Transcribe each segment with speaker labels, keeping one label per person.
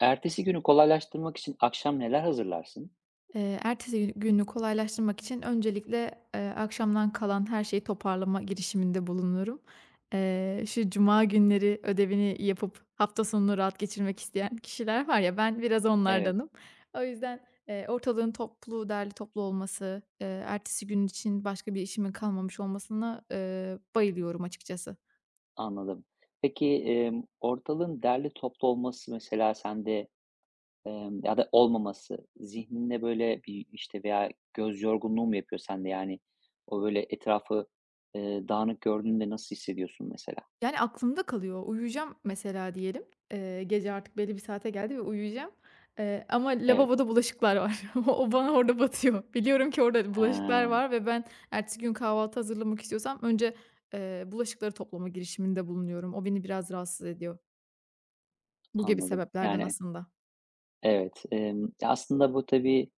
Speaker 1: Ertesi günü kolaylaştırmak için akşam neler hazırlarsın?
Speaker 2: Ertesi günü kolaylaştırmak için öncelikle, akşamdan kalan her şeyi toparlama girişiminde bulunurum. Şu cuma günleri ödevini yapıp hafta sonunu rahat geçirmek isteyen kişiler var ya, ben biraz
Speaker 1: Evet,
Speaker 2: onlardanım. O yüzden, ortalığın toplu, derli toplu olması, ertesi gün için başka bir işimin kalmamış olmasına, bayılıyorum açıkçası.
Speaker 1: anladım. Peki, ortalığın derli toplu olması mesela sende, ya da olmaması zihninde, böyle, bir, işte, veya göz yorgunluğu mu yapıyor sende? Yani, o, böyle, etrafı, dağınık gördüğünde nasıl hissediyorsun mesela?
Speaker 2: Yani, aklımda kalıyor. Uyuyacağım mesela diyelim. Gece artık belli bir saate geldi ve uyuyacağım. Ama
Speaker 1: Evet.
Speaker 2: lavaboda bulaşıklar var. O bana orada batıyor. Biliyorum ki orada
Speaker 1: Ha,
Speaker 2: bulaşıklar var ve ben ertesi gün kahvaltı hazırlamak istiyorsam önce, bulaşıkları toplama girişiminde bulunuyorum. O beni biraz rahatsız ediyor. Bu gibi
Speaker 1: anladım.
Speaker 2: sebeplerden
Speaker 1: Yani,
Speaker 2: aslında.
Speaker 1: evet, aslında bu tabii,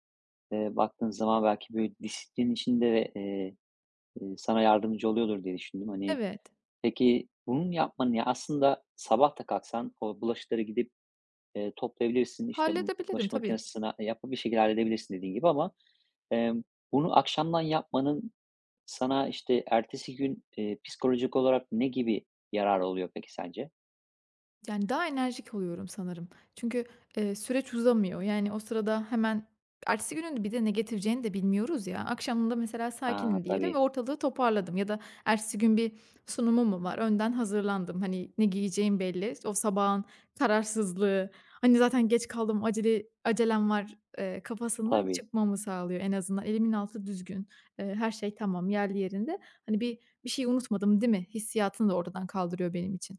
Speaker 1: baktığın zaman belki, böyle, disiplin içinde de, sana yardımcı oluyordur diye düşündüm. Hani,
Speaker 2: Evet.
Speaker 1: peki, bunun yapmanın ya, aslında sabah da kalksan o bulaşıkları gidip, toplayabilirsin, işte, bu
Speaker 2: Halledebilirim
Speaker 1: bulaşık
Speaker 2: tabii.
Speaker 1: makinesine yapıp bir şekilde halledebilirsin dediğin gibi ama, emm, bunu akşamdan yapmanın sana, işte, ertesi gün, psikolojik olarak ne gibi yarar oluyor peki sence?
Speaker 2: Yani, daha enerjik oluyorum sanırım. Çünkü, süreç uzamıyor. Yani, o sırada hemen ertesi günün bir de ne getireceğini de bilmiyoruz ya. Akşamında mesela
Speaker 1: A,
Speaker 2: sakinim diyelim ve
Speaker 1: tabii,
Speaker 2: ortalığı toparladım ya da ertesi gün bir sunumum mu var, önden hazırlandım. Hani, ne giyeceğim belli. O sabahın kararsızlığı, hani, zaten geç kaldım, acele acelem var, kafasından
Speaker 1: tabii.
Speaker 2: çıkmamı sağlıyor en azından. Elimin altı düzgün, her şey tamam, yerli yerinde. Hani, bir şey unutmadım değil mi hissiyatını da oradan kaldırıyor benim için.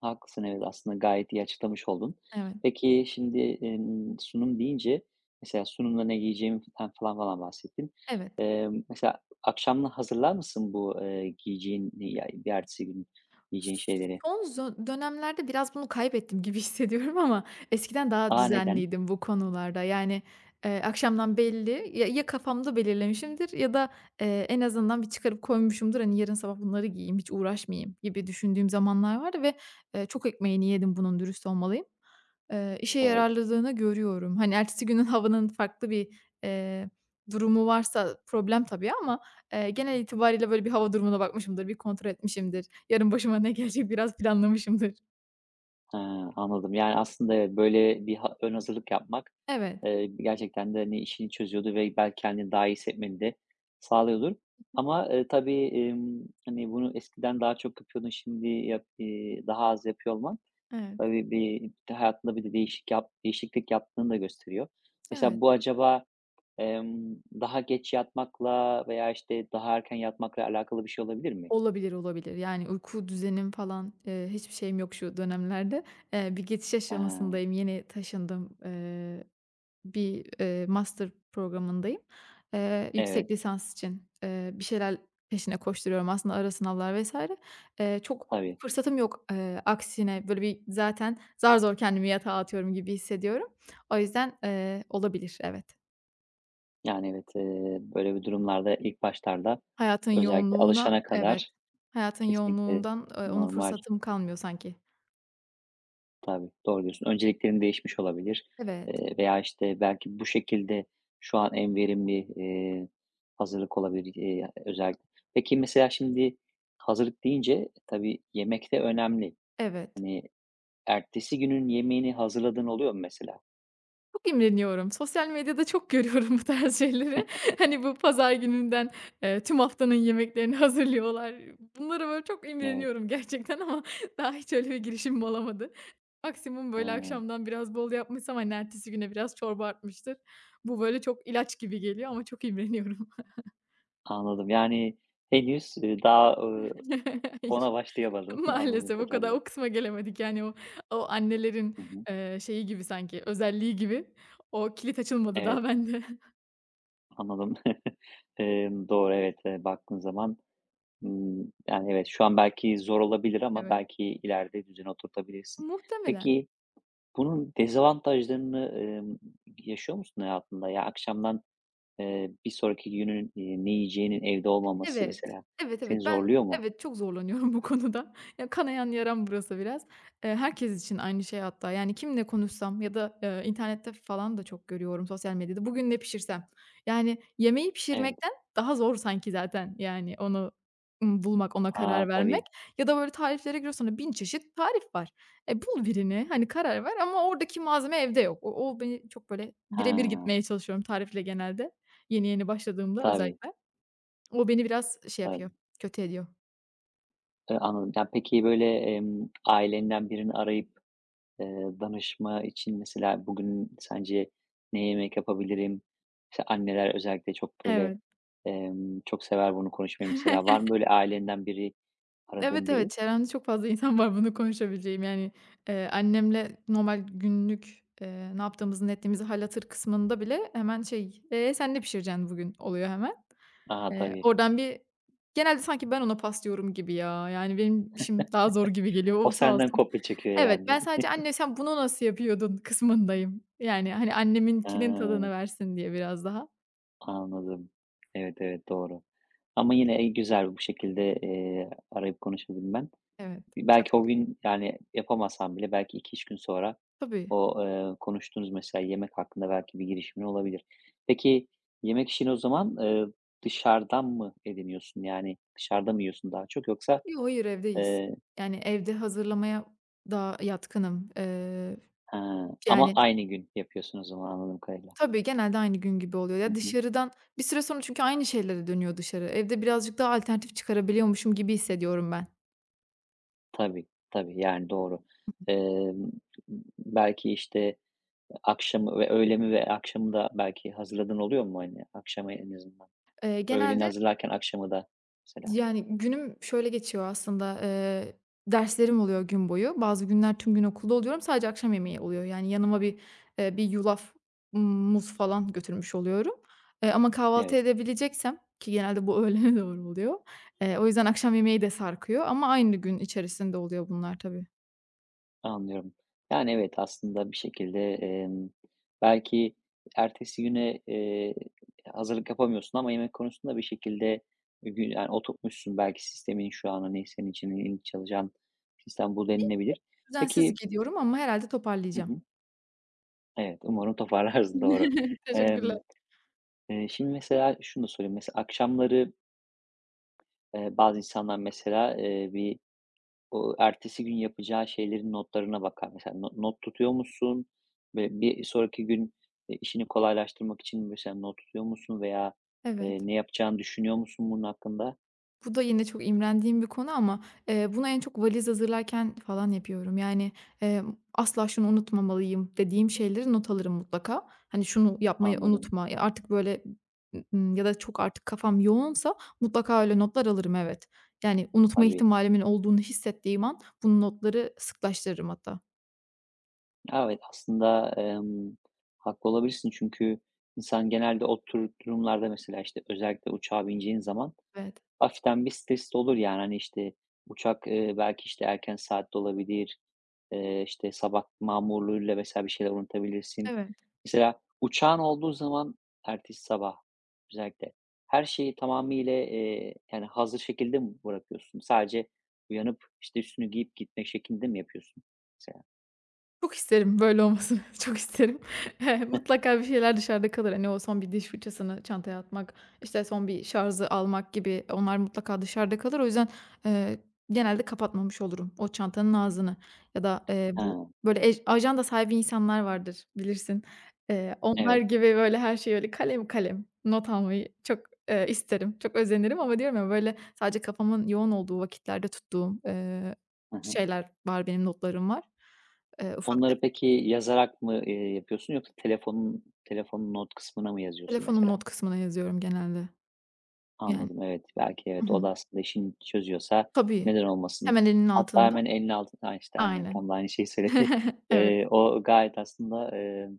Speaker 1: Haklısın, evet, aslında gayet iyi açıklamış oldun.
Speaker 2: Evet,
Speaker 1: Peki, şimdi, sunum deyince mesela sunumda ne giyeceğimden falan falan falan bahsettin.
Speaker 2: evet.
Speaker 1: Mesela akşamdan hazırlar mısın bu, giyeceğin, ya, bir ertesi gün giyeceğin şeyleri?
Speaker 2: Son dönemlerde biraz bunu kaybettim gibi hissediyorum ama eskiden daha
Speaker 1: A! Neden?
Speaker 2: düzenliydim bu konularda. Yani, akşamdan belli ya kafamda belirlemişimdir ya da, en azından bir çıkarıp koymuşumdur. Hani, yarın sabah bunları giyeyim, hiç uğraşmayayım gibi düşündüğüm zamanlar vardı ve, çok ekmeğini yedim bunun, dürüst olmalıyım. İşe
Speaker 1: Evet.
Speaker 2: yararladığını görüyorum. Hani, ertesi günün havanın farklı bir, eee, durumu varsa problem tabii ama, genel itibariyle böyle bir hava durumuna bakmışımdır, bir kontrol etmişimdir. Yarın başıma ne gelecek biraz planlamışımdır.
Speaker 1: Ha, anladım. Yani, aslında evet, böyle bir ön hazırlık yapmak,
Speaker 2: Evet,
Speaker 1: gerçekten de, hani, işini çözüyordur ve belki kendini daha iyi hissetmeni de sağlıyordur. Ama, tabii, hani, bunu eskiden daha çok yapıyordun, şimdi daha az yapıyor olman
Speaker 2: evet,
Speaker 1: tabii bir hayatında bir de değişiklik yaptığını da gösteriyor.
Speaker 2: evet.
Speaker 1: Mesela bu acaba, daha geç yatmakla veya, işte, daha erken yatmakla alakalı bir şey olabilir mi?
Speaker 2: Olabilir, olabilir. Yani, uyku düzenim falan, hiçbir şeyim yok şu dönemlerde. Bir geçiş
Speaker 1: Ha,
Speaker 2: aşamasındayım. Yeni taşındım. Bir, master programındayım.
Speaker 1: evet,
Speaker 2: Yüksek lisans için, bir şeyler peşine koşturuyorum aslında ara sınavlar vs. Çok
Speaker 1: tabii.
Speaker 2: fırsatım yok. Aksine böyle bir zaten zar zor kendimi yatağa atıyorum gibi hissediyorum. O yüzden, olabilir, evet.
Speaker 1: Yani, evet, böyle bir durumlarda ilk başlarda
Speaker 2: Hayatın
Speaker 1: özellikle
Speaker 2: yoğunluğuna
Speaker 1: alışana
Speaker 2: evet.
Speaker 1: kadar
Speaker 2: Hayatın
Speaker 1: kesinlikle
Speaker 2: yoğunluğundan, ona
Speaker 1: normal.
Speaker 2: fırsatım kalmıyor sanki.
Speaker 1: Tabii, doğru diyorsun. Önceliklerin değişmiş olabilir,
Speaker 2: Evet,
Speaker 1: veya, işte, belki bu şekilde şu an en verimli, hazırlık olabilir, özellikle. Peki, mesela şimdi hazırlık deyince tabii yemek de önemli.
Speaker 2: evet.
Speaker 1: Hani, ertesi günün yemeğini hazırladığın oluyor mu mesela?
Speaker 2: Çok imreniyorum. Sosyal medyada çok görüyorum bu tarz şeyleri. Hani, bu pazar gününden, tüm haftanın yemeklerini hazırlıyorlar. Bunlara böyle çok
Speaker 1: Evet,
Speaker 2: imreniyorum gerçekten ama daha hiç öyle bir girişimim olamadı. Maksimum, böyle,
Speaker 1: hıı,
Speaker 2: akşamdan biraz bol yapmışsam, hani, ertesi güne biraz çorba artmıştır. Bu, böyle, çok ilaç gibi geliyor ama çok imreniyorum.
Speaker 1: anladım. Yani, henüz,
Speaker 2: Hayır.
Speaker 1: ona başlayamadın anladığım
Speaker 2: Maalesef o kadar
Speaker 1: kadarıyla.
Speaker 2: kısma gelemedik. Yani, o annelerin,
Speaker 1: Hı hı.
Speaker 2: şeyi gibi sanki, özelliği gibi. O kilit açılmadı
Speaker 1: Evet,
Speaker 2: daha bende.
Speaker 1: anladım. Doğru, evet, baktığın zaman, yani, evet, şu an belki zor olabilir ama
Speaker 2: Evet.
Speaker 1: belki ileride düzene oturtabilirsin.
Speaker 2: Muhtemelen.
Speaker 1: Peki, bunun dezavantajlarını, yaşıyor musun hayatında? Ya, akşamdan, bir sonraki günün, ne yiyeceğinin evde olmaması
Speaker 2: Evet.
Speaker 1: mesela
Speaker 2: Evet,
Speaker 1: seni
Speaker 2: evet.
Speaker 1: zorluyor mu?
Speaker 2: Evet, çok zorlanıyorum bu konuda. Ya, kanayan yaram burası biraz. Herkes için aynı şey hatta. Yani kimle konuşsam ya da, internette falan da çok görüyorum sosyal medyada. Bugün ne pişirsem? Yani yemeği
Speaker 1: Evet.
Speaker 2: pişirmekten daha zor sanki zaten yani onu, bulmak, ona
Speaker 1: A,
Speaker 2: karar vermek
Speaker 1: tabii.
Speaker 2: ya da böyle tariflere giriyorsun, hani, 1000 çeşit tarif var. E, bul birini, hani, karar ver ama oradaki malzeme evde yok. O beni çok böyle
Speaker 1: Ha,
Speaker 2: bire bir gitmeye çalışıyorum tarifle genelde. Yeni yeni başladığımda
Speaker 1: tabii,
Speaker 2: özellikle. O beni biraz şey yapıyor,
Speaker 1: tabii.
Speaker 2: kötü ediyor.
Speaker 1: Anladım. Ya, peki, böyle, ailenden birini arayıp danışma için mesela bugün sence ne yemek yapabilirim? İşte anneler özellikle çok böyle,
Speaker 2: Evet.
Speaker 1: çok sever bunu konuşmayı mesela. Var mı böyle ailenden biri,
Speaker 2: Evet,
Speaker 1: aradığın
Speaker 2: evet,
Speaker 1: biri?
Speaker 2: çevremde çok fazla insan var bunu konuşabileceğim. Yani, annemle normal günlük, ne yaptığımızı, ne ettiğimizi hâl hatır kısmında bile hemen şey, sen ne pişireceksin bugün?" oluyor hemen.
Speaker 1: A, tabii.
Speaker 2: Oradan bir genelde sanki ben ona paslıyorum gibi ya. Yani benim işim daha zor gibi geliyor.
Speaker 1: O
Speaker 2: O sağ
Speaker 1: senden
Speaker 2: olsun.
Speaker 1: kopya çekiyor
Speaker 2: Evet,
Speaker 1: yani.
Speaker 2: ben sadece, "Anne sen bunu nasıl yapıyordun?" kısmındayım. Yani, hani, anneminkinin tadını
Speaker 1: Hıı,
Speaker 2: versin diye biraz daha.
Speaker 1: anladım. Evet, evet, doğru. Ama yine, güzel bu şekilde, arayıp konuşabilmen.
Speaker 2: Evet, çok
Speaker 1: Belki o
Speaker 2: şükür.
Speaker 1: gün, yani, yapamasam bile belki iki üç gün sonra
Speaker 2: Tabii.
Speaker 1: o, konuştuğunuz mesela yemek hakkında belki bir girişimin olabilir. Peki, yemek işini o zaman, dışarıdan mı ediniyorsun? Yani, dışarıda mı yiyorsun daha çok yoksa,
Speaker 2: Yo, hayır, evdeyiz.
Speaker 1: eee.
Speaker 2: Yani, evde hazırlamaya daha yatkınım.
Speaker 1: Ha, ama
Speaker 2: Yani
Speaker 1: aynı gün yapıyorsun o zaman anladığım kadarıyla.
Speaker 2: Tabii, genelde aynı gün gibi oluyor.
Speaker 1: Hı
Speaker 2: Ya,
Speaker 1: hı.
Speaker 2: dışarıdan bir süre sonra çünkü aynı şeylere dönüyor dışarı. Evde birazcık daha alternatif çıkarabiliyormuşum gibi hissediyorum ben.
Speaker 1: Tabii, tabii, yani, doğru. Emm, Belki, işte, akşamı ve öğlemi ve akşamı da belki hazırladığın oluyor mu, hani, akşama en azından? Öğleni
Speaker 2: Genelde
Speaker 1: hazırlarken akşamı da mesela.
Speaker 2: Yani, günüm şöyle geçiyor aslında, derslerim oluyor gün boyu. Bazı günler tüm gün okulda oluyorum, sadece akşam yemeği oluyor. Yani, yanıma bir, bir yulaf, ımm, muz falan götürmüş oluyorum. Ama kahvaltı
Speaker 1: Evet.
Speaker 2: edebileceksem ki genelde bu öğlene doğru oluyor, o yüzden akşam yemeği de sarkıyor ama aynı gün içerisinde oluyor bunlar tabii.
Speaker 1: Anlıyorum. Yani, evet, aslında bir şekilde, belki ertesi güne, hazırlık yapamıyorsun ama yemek konusunda bir şekilde yani, oturtmuşsun. Belki sistemin şu an, hani, senin için en iyi çalışan sistem bu denilebilir.
Speaker 2: Düzensiz
Speaker 1: Peki.
Speaker 2: gidiyorum ama herhalde
Speaker 1: Hı
Speaker 2: toparlayacağım.
Speaker 1: hı. Evet, umarım toparlarsın, doğru.
Speaker 2: Teşekkürler.
Speaker 1: Emm, Şimdi mesela şunu da sorayım. Mesela akşamları, bazı insanlar mesela, bir o ertesi gün yapacağı şeylerin notlarına bakar. Mesela not tutuyor musun? Ve bir sonraki gün, işini kolaylaştırmak için mesela not tutuyor musun veya,
Speaker 2: Evet.
Speaker 1: ne yapacağını düşünüyor musun bunun hakkında?
Speaker 2: Bu da yine çok imrendiğim bir konu ama, bunu en çok valiz hazırlarken falan yapıyorum. Yani, "Asla şunu unutmamalıyım." dediğim şeyleri not alırım mutlaka. Hani, "Şunu yapmayı
Speaker 1: Anladım.
Speaker 2: unutma." Ya, artık böyle, ya da çok artık kafam yoğunsa mutlaka öyle notlar alırım, evet. Yani unutma
Speaker 1: Tabii.
Speaker 2: ihtimalimin olduğunu hissettiğim an bunun notları sıklaştırırım hatta.
Speaker 1: Evet, aslında, haklı olabilirsin çünkü insan genelde o tür durumlarda mesela, işte, özellikle uçağa bineceğin zaman
Speaker 2: Evet.
Speaker 1: hafiften bir stres de olur yani, hani, işte, uçak, belki, işte, erken saatte olabilir. İşte, sabah mamurluğuyla vs. bir şeyler unutabilirsin.
Speaker 2: Evet.
Speaker 1: Mesela uçağın olduğu zaman ertesi sabah özellikle her şeyi tamamıyla, yani, hazır şekilde mi bırakıyorsun? Sadece uyanıp, işte, üstünü giyip gitmek şeklinde mi yapıyorsun mesela?
Speaker 2: Çok isterim böyle olmasını, çok isterim. Mutlaka bir şeyler dışarıda kalır. Hani, o son bir diş fırçasını çantaya atmak, işte, son bir şarjı almak gibi onlar mutlaka dışarıda kalır. O yüzden, eee, genelde kapatmamış olurum o çantanın ağzını ya da, bu
Speaker 1: Ha,
Speaker 2: böyle ajanda sahibi insanlar vardır, bilirsin. Onlar
Speaker 1: evet.
Speaker 2: gibi böyle her şeyi öyle kalem kalem not almayı çok, isterim, çok özenirim ama diyorum ya, böyle, sadece kafamın yoğun olduğu vakitlerde tuttuğum,
Speaker 1: Hı hı.
Speaker 2: şeyler var, benim notlarım var. Ufak
Speaker 1: Onları
Speaker 2: tefek.
Speaker 1: peki yazarak mı, yapıyorsun yoksa telefonun not kısmına mı yazıyorsun
Speaker 2: Telefonun
Speaker 1: mesela?
Speaker 2: not kısmına yazıyorum genelde. Yani
Speaker 1: Anladım, evet. Belki
Speaker 2: Hı
Speaker 1: evet, o
Speaker 2: hı.
Speaker 1: da aslında işini çözüyorsa
Speaker 2: Tabii.
Speaker 1: neden olmasın?
Speaker 2: Hemen elinin
Speaker 1: Hatta
Speaker 2: altında.
Speaker 1: hemen elinin altında. Ha, işte aynen,
Speaker 2: Aynen.
Speaker 1: tam da aynı şeyi söyledin.
Speaker 2: Evet,
Speaker 1: O gayet aslında,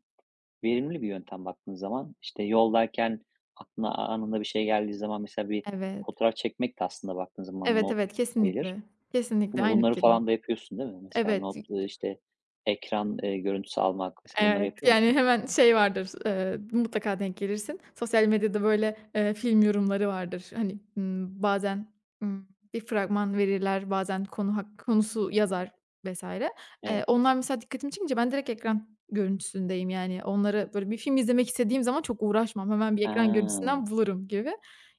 Speaker 1: verimli bir yöntem baktığın zaman. İşte yoldayken aklına anında bir şey geldiği zaman mesela bir
Speaker 2: evet.
Speaker 1: fotoğraf çekmek de aslında baktığın zaman
Speaker 2: Evet,
Speaker 1: not
Speaker 2: evet,
Speaker 1: sayılır,
Speaker 2: kesinlikle. Kesinlikle
Speaker 1: değil mi?
Speaker 2: aynı
Speaker 1: Bunları
Speaker 2: fikirdeyim.
Speaker 1: falan da yapıyorsun, değil mi? Mesela
Speaker 2: Evet.
Speaker 1: not, işte ekran, görüntüsü almak, mesela bunları
Speaker 2: Evet,
Speaker 1: yapıyor
Speaker 2: yani
Speaker 1: musun?
Speaker 2: hemen şey vardır, mutlaka denk gelirsin. Sosyal medyada böyle, film yorumları vardır. Hani, bazen, ımm, bir fragman verirler, bazen konusu yazar vesaire.
Speaker 1: Evet.
Speaker 2: Onlar mesela dikkatimi çekince ben direkt ekran görüntüsündeyim. Yani onları böyle bir film izlemek istediğim zaman çok uğraşmam. Hemen bir ekran
Speaker 1: Ha,
Speaker 2: görüntüsünden bulurum gibi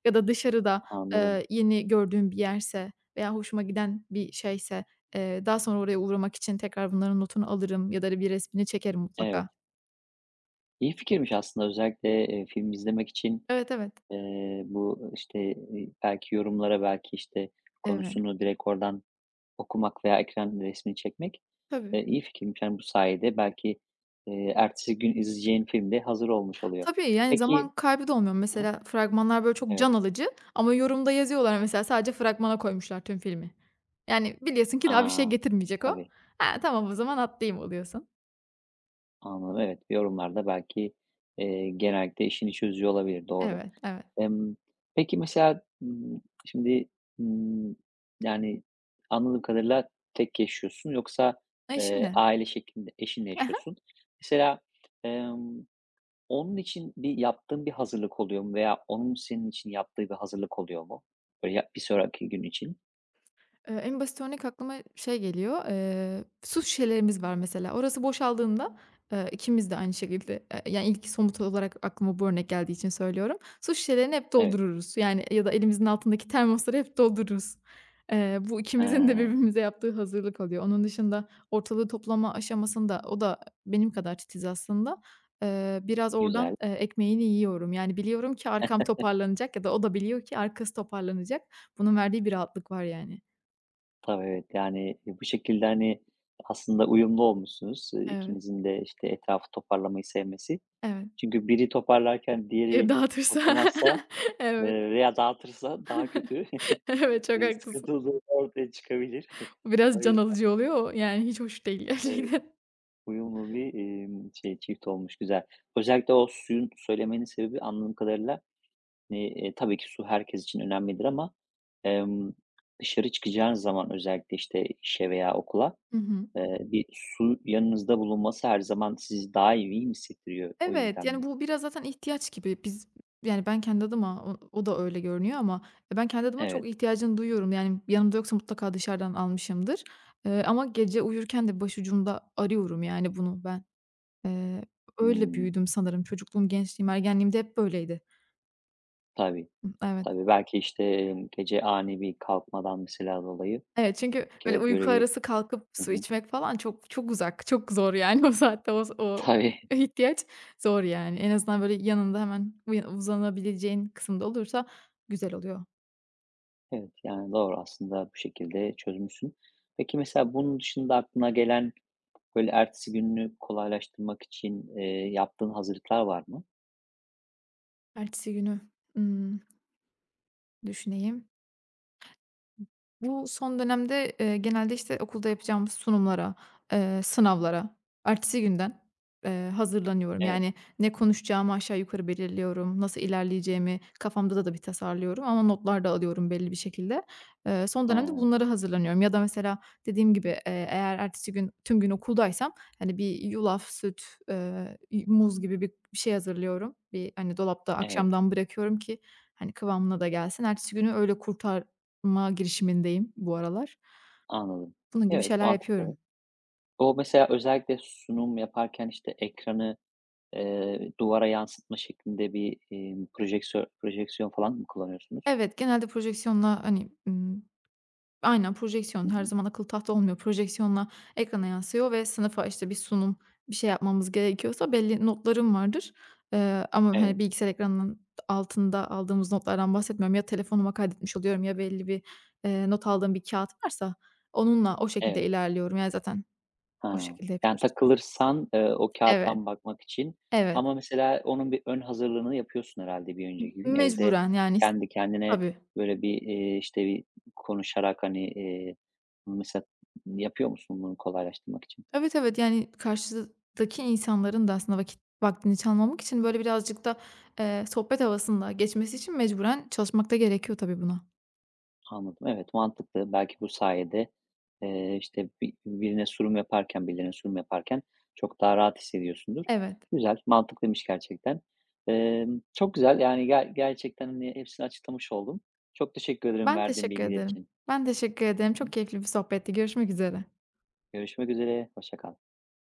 Speaker 2: ya da dışarıda,
Speaker 1: anladım.
Speaker 2: yeni gördüğüm bir yerse veya hoşuma giden bir şeyse, daha sonra oraya uğramak için tekrar bunların notunu alırım ya da, hani, bir resmini çekerim
Speaker 1: Evet.
Speaker 2: mutlaka.
Speaker 1: İyi fikirmiş aslında özellikle, film izlemek için.
Speaker 2: Evet, evet.
Speaker 1: Bu, işte, belki yorumlara, belki, işte,
Speaker 2: Evet.
Speaker 1: konusunu direkt oradan okumak veya ekran resmini çekmek,
Speaker 2: Tabii.
Speaker 1: iyi fikirmiş. Yani, bu sayede belki, ertesi gün izleyeceğin film de hazır olmuş oluyor.
Speaker 2: Tabii, yani,
Speaker 1: Peki.
Speaker 2: zaman kaybı da olmuyor.
Speaker 1: Hı
Speaker 2: Mesela fragmanlar, böyle, çok
Speaker 1: evet.
Speaker 2: can alıcı ama yorumda yazıyorlar mesela sadece fragmana koymuşlar tüm filmi. Yani, biliyorsun ki daha bir şey
Speaker 1: A!
Speaker 2: getirmeyecek o.
Speaker 1: Tabii,
Speaker 2: "Ha, tamam o zaman atlayayım." oluyorsun.
Speaker 1: anladım. Evet, yorumlar da belki, genellikle işini çözüyor olabilir. Doğru.
Speaker 2: Evet, evet.
Speaker 1: Emm, peki mesela, şimdi, ımm, yani, anladığım kadarıyla tek yaşıyorsun yoksa,
Speaker 2: E, şimdi
Speaker 1: aile şeklinde eşinle yaşıyorsun. Mesela, emm, onun için yaptığın bir hazırlık oluyor mu veya onun senin için yaptığı bir hazırlık oluyor mu? Böyle ya bir sonraki gün için.
Speaker 2: En basit örnek aklıma şey geliyor, su şişelerimiz var mesela. Orası boşaldığında, ikimiz de aynı şekilde, yani, ilk somut olarak aklıma bu örnek geldiği için söylüyorum. Su şişelerini hep
Speaker 1: Evet.
Speaker 2: doldururuz. Yani, ya da elimizin altındaki termosları hep doldururuz. Bu ikimizin de
Speaker 1: Hıı,
Speaker 2: birbirimize yaptığı hazırlık oluyor. Onun dışında ortalığı toplama aşamasında o da benim kadar titiz aslında. Biraz
Speaker 1: güzel.
Speaker 2: oradan, ekmeğini yiyorum. Yani, biliyorum ki arkam toparlanacak ya da o da biliyor ki arkası toparlanacak. Bunun verdiği bir rahatlık var yani.
Speaker 1: Tabii, evet, yani, e, bu şekilde, hani, aslında uyumlu olmuşsunuz,
Speaker 2: Evet,
Speaker 1: ikinizin de, işte, etrafı toparlamayı sevmesi.
Speaker 2: evet.
Speaker 1: Çünkü biri toparlarken diğeri
Speaker 2: Dağıtırsa
Speaker 1: toplamazsa,
Speaker 2: evet,
Speaker 1: veya dağıtırsa daha kötü,
Speaker 2: evet, çok haklısın.
Speaker 1: sıkıntılı durum ortaya çıkabilir.
Speaker 2: Biraz
Speaker 1: O
Speaker 2: can
Speaker 1: yüzden
Speaker 2: alıcı oluyor yani, hiç hoş değil
Speaker 1: evet,
Speaker 2: gerçekten.
Speaker 1: uyumlu bir, şey, çift olmuş, güzel. Özellikle o suyun söylemenin sebebi anladığım kadarıyla, tabii ki su herkes için önemlidir ama, emm, dışarı çıkacağınız zaman özellikle, işte, işe veya okula,
Speaker 2: Hı hı.
Speaker 1: bir su yanınızda bulunması her zaman sizi daha iyi hissettiriyor. O
Speaker 2: Evet, yani,
Speaker 1: yüzden
Speaker 2: bu biraz zaten ihtiyaç gibi. Yani, ben kendi adıma o da öyle görünüyor ama ben kendi adıma
Speaker 1: evet.
Speaker 2: çok ihtiyacını duyuyorum. Yani, yanımda yoksa mutlaka dışarıdan almışımdır. Ama gece uyurken de başucumda arıyorum, yani, bunu ben. Eee, öyle
Speaker 1: Hımm.
Speaker 2: büyüdüm sanırım. Çocukluğum, gençliğim, ergenliğimde hep böyleydi.
Speaker 1: Tabii.
Speaker 2: Hı, evet.
Speaker 1: Tabii, belki, işte, gece ani bir kalkmadan mesela dolayı
Speaker 2: Evet, çünkü öyle
Speaker 1: evet, böyle
Speaker 2: uyku
Speaker 1: bir.
Speaker 2: arası kalkıp
Speaker 1: Hı
Speaker 2: su
Speaker 1: hı.
Speaker 2: içmek falan çok çok uzak, çok zor, yani, o saatte o
Speaker 1: Tabii.
Speaker 2: ihtiyaç zor, yani. En azından, böyle, yanında hemen uzanabileceğin kısımda olursa güzel oluyor.
Speaker 1: Evet, yani, doğru aslında bu şekilde çözmüşsün. Peki, mesela bunun dışında aklına gelen, böyle, ertesi gününü kolaylaştırmak için, yaptığın hazırlıklar var mı?
Speaker 2: Ertesi günü, ımm, düşüneyim. Bu son dönemde, genelde, işte, okulda yapacağımız sunumlara, sınavlara ertesi günden, hazırlanıyorum.
Speaker 1: Evet.
Speaker 2: Yani ne konuşacağımı aşağı yukarı belirliyorum, nasıl ilerleyeceğimi kafamda da bir tasarlıyorum ama notlar da alıyorum belli bir şekilde. Son
Speaker 1: Ha,
Speaker 2: dönemde bunları hazırlanıyorum ya da mesela dediğim gibi, eğer ertesi gün tüm gün okuldaysam, hani, bir yulaf, süt, eee, muz gibi bir şey hazırlıyorum. Bir, hani, dolapta
Speaker 1: evet,
Speaker 2: akşamdan bırakıyorum ki, hani, kıvamına da gelsin. Ertesi günü öyle ma girişimindeyim bu aralar.
Speaker 1: anladım.
Speaker 2: Bunun gibi
Speaker 1: Evet,
Speaker 2: şeyler yapıyorum.
Speaker 1: mantıklı. O mesela özellikle sunum yaparken, işte, ekranı, duvara yansıtma şeklinde bir, projeksiyon falan mı kullanıyorsunuz?
Speaker 2: Evet, genelde projeksiyonla, hani, aynen projeksiyon
Speaker 1: Hı
Speaker 2: her
Speaker 1: hı.
Speaker 2: zaman akıllı tahta olmuyor. Projeksiyonla ekrana yansıyor ve sınıfa, işte, bir sunum, bir şey yapmamız gerekiyorsa belli notlarım vardır. Ama, hani,
Speaker 1: Evet,
Speaker 2: bilgisayar ekranının altında aldığımız notlardan bahsetmiyorum. Ya telefonuma kaydetmiş oluyorum ya belli bir, not aldığım bir kâğıt varsa onunla o şekilde
Speaker 1: evet.
Speaker 2: ilerliyorum. Yani, zaten o
Speaker 1: Ha.
Speaker 2: şekilde
Speaker 1: Yani
Speaker 2: yapıyoruz.
Speaker 1: takılırsan, o
Speaker 2: Evet,
Speaker 1: kağıttan bakmak için
Speaker 2: evet.
Speaker 1: ama mesela onun bir ön hazırlığını yapıyorsun herhalde bir önceki gün. Evde
Speaker 2: Mecburen, yani, s
Speaker 1: kendi kendine
Speaker 2: Tabii.
Speaker 1: böyle bir, işte, bir konuşarak, hani, mesela yapıyor musun bunu kolaylaştırmak için?
Speaker 2: Evet, evet, yani, karşıdaki insanların da aslında vaktini çalmamak için, böyle, birazcık da, sohbet havasında geçmesi için mecburen çalışmak da gerekiyor tabii buna.
Speaker 1: Anladım. Evet, mantıklı. Belki bu sayede, işte, birine sunum yaparken, birilerine sunum yaparken çok daha rahat hissediyorsundur.
Speaker 2: Evet,
Speaker 1: Güzel, mantıklıymış gerçekten. Çok güzel, yani, gerçekten, hani, hepsini açıklamış oldum. Çok teşekkür ederim
Speaker 2: ben
Speaker 1: verdiğin
Speaker 2: teşekkür
Speaker 1: bilgiler
Speaker 2: ederim.
Speaker 1: için.
Speaker 2: Ben teşekkür ederim.
Speaker 1: Hı
Speaker 2: Çok
Speaker 1: hı.
Speaker 2: keyifli bir sohbetti. Görüşmek üzere.
Speaker 1: Görüşmek üzere, hoşça kal.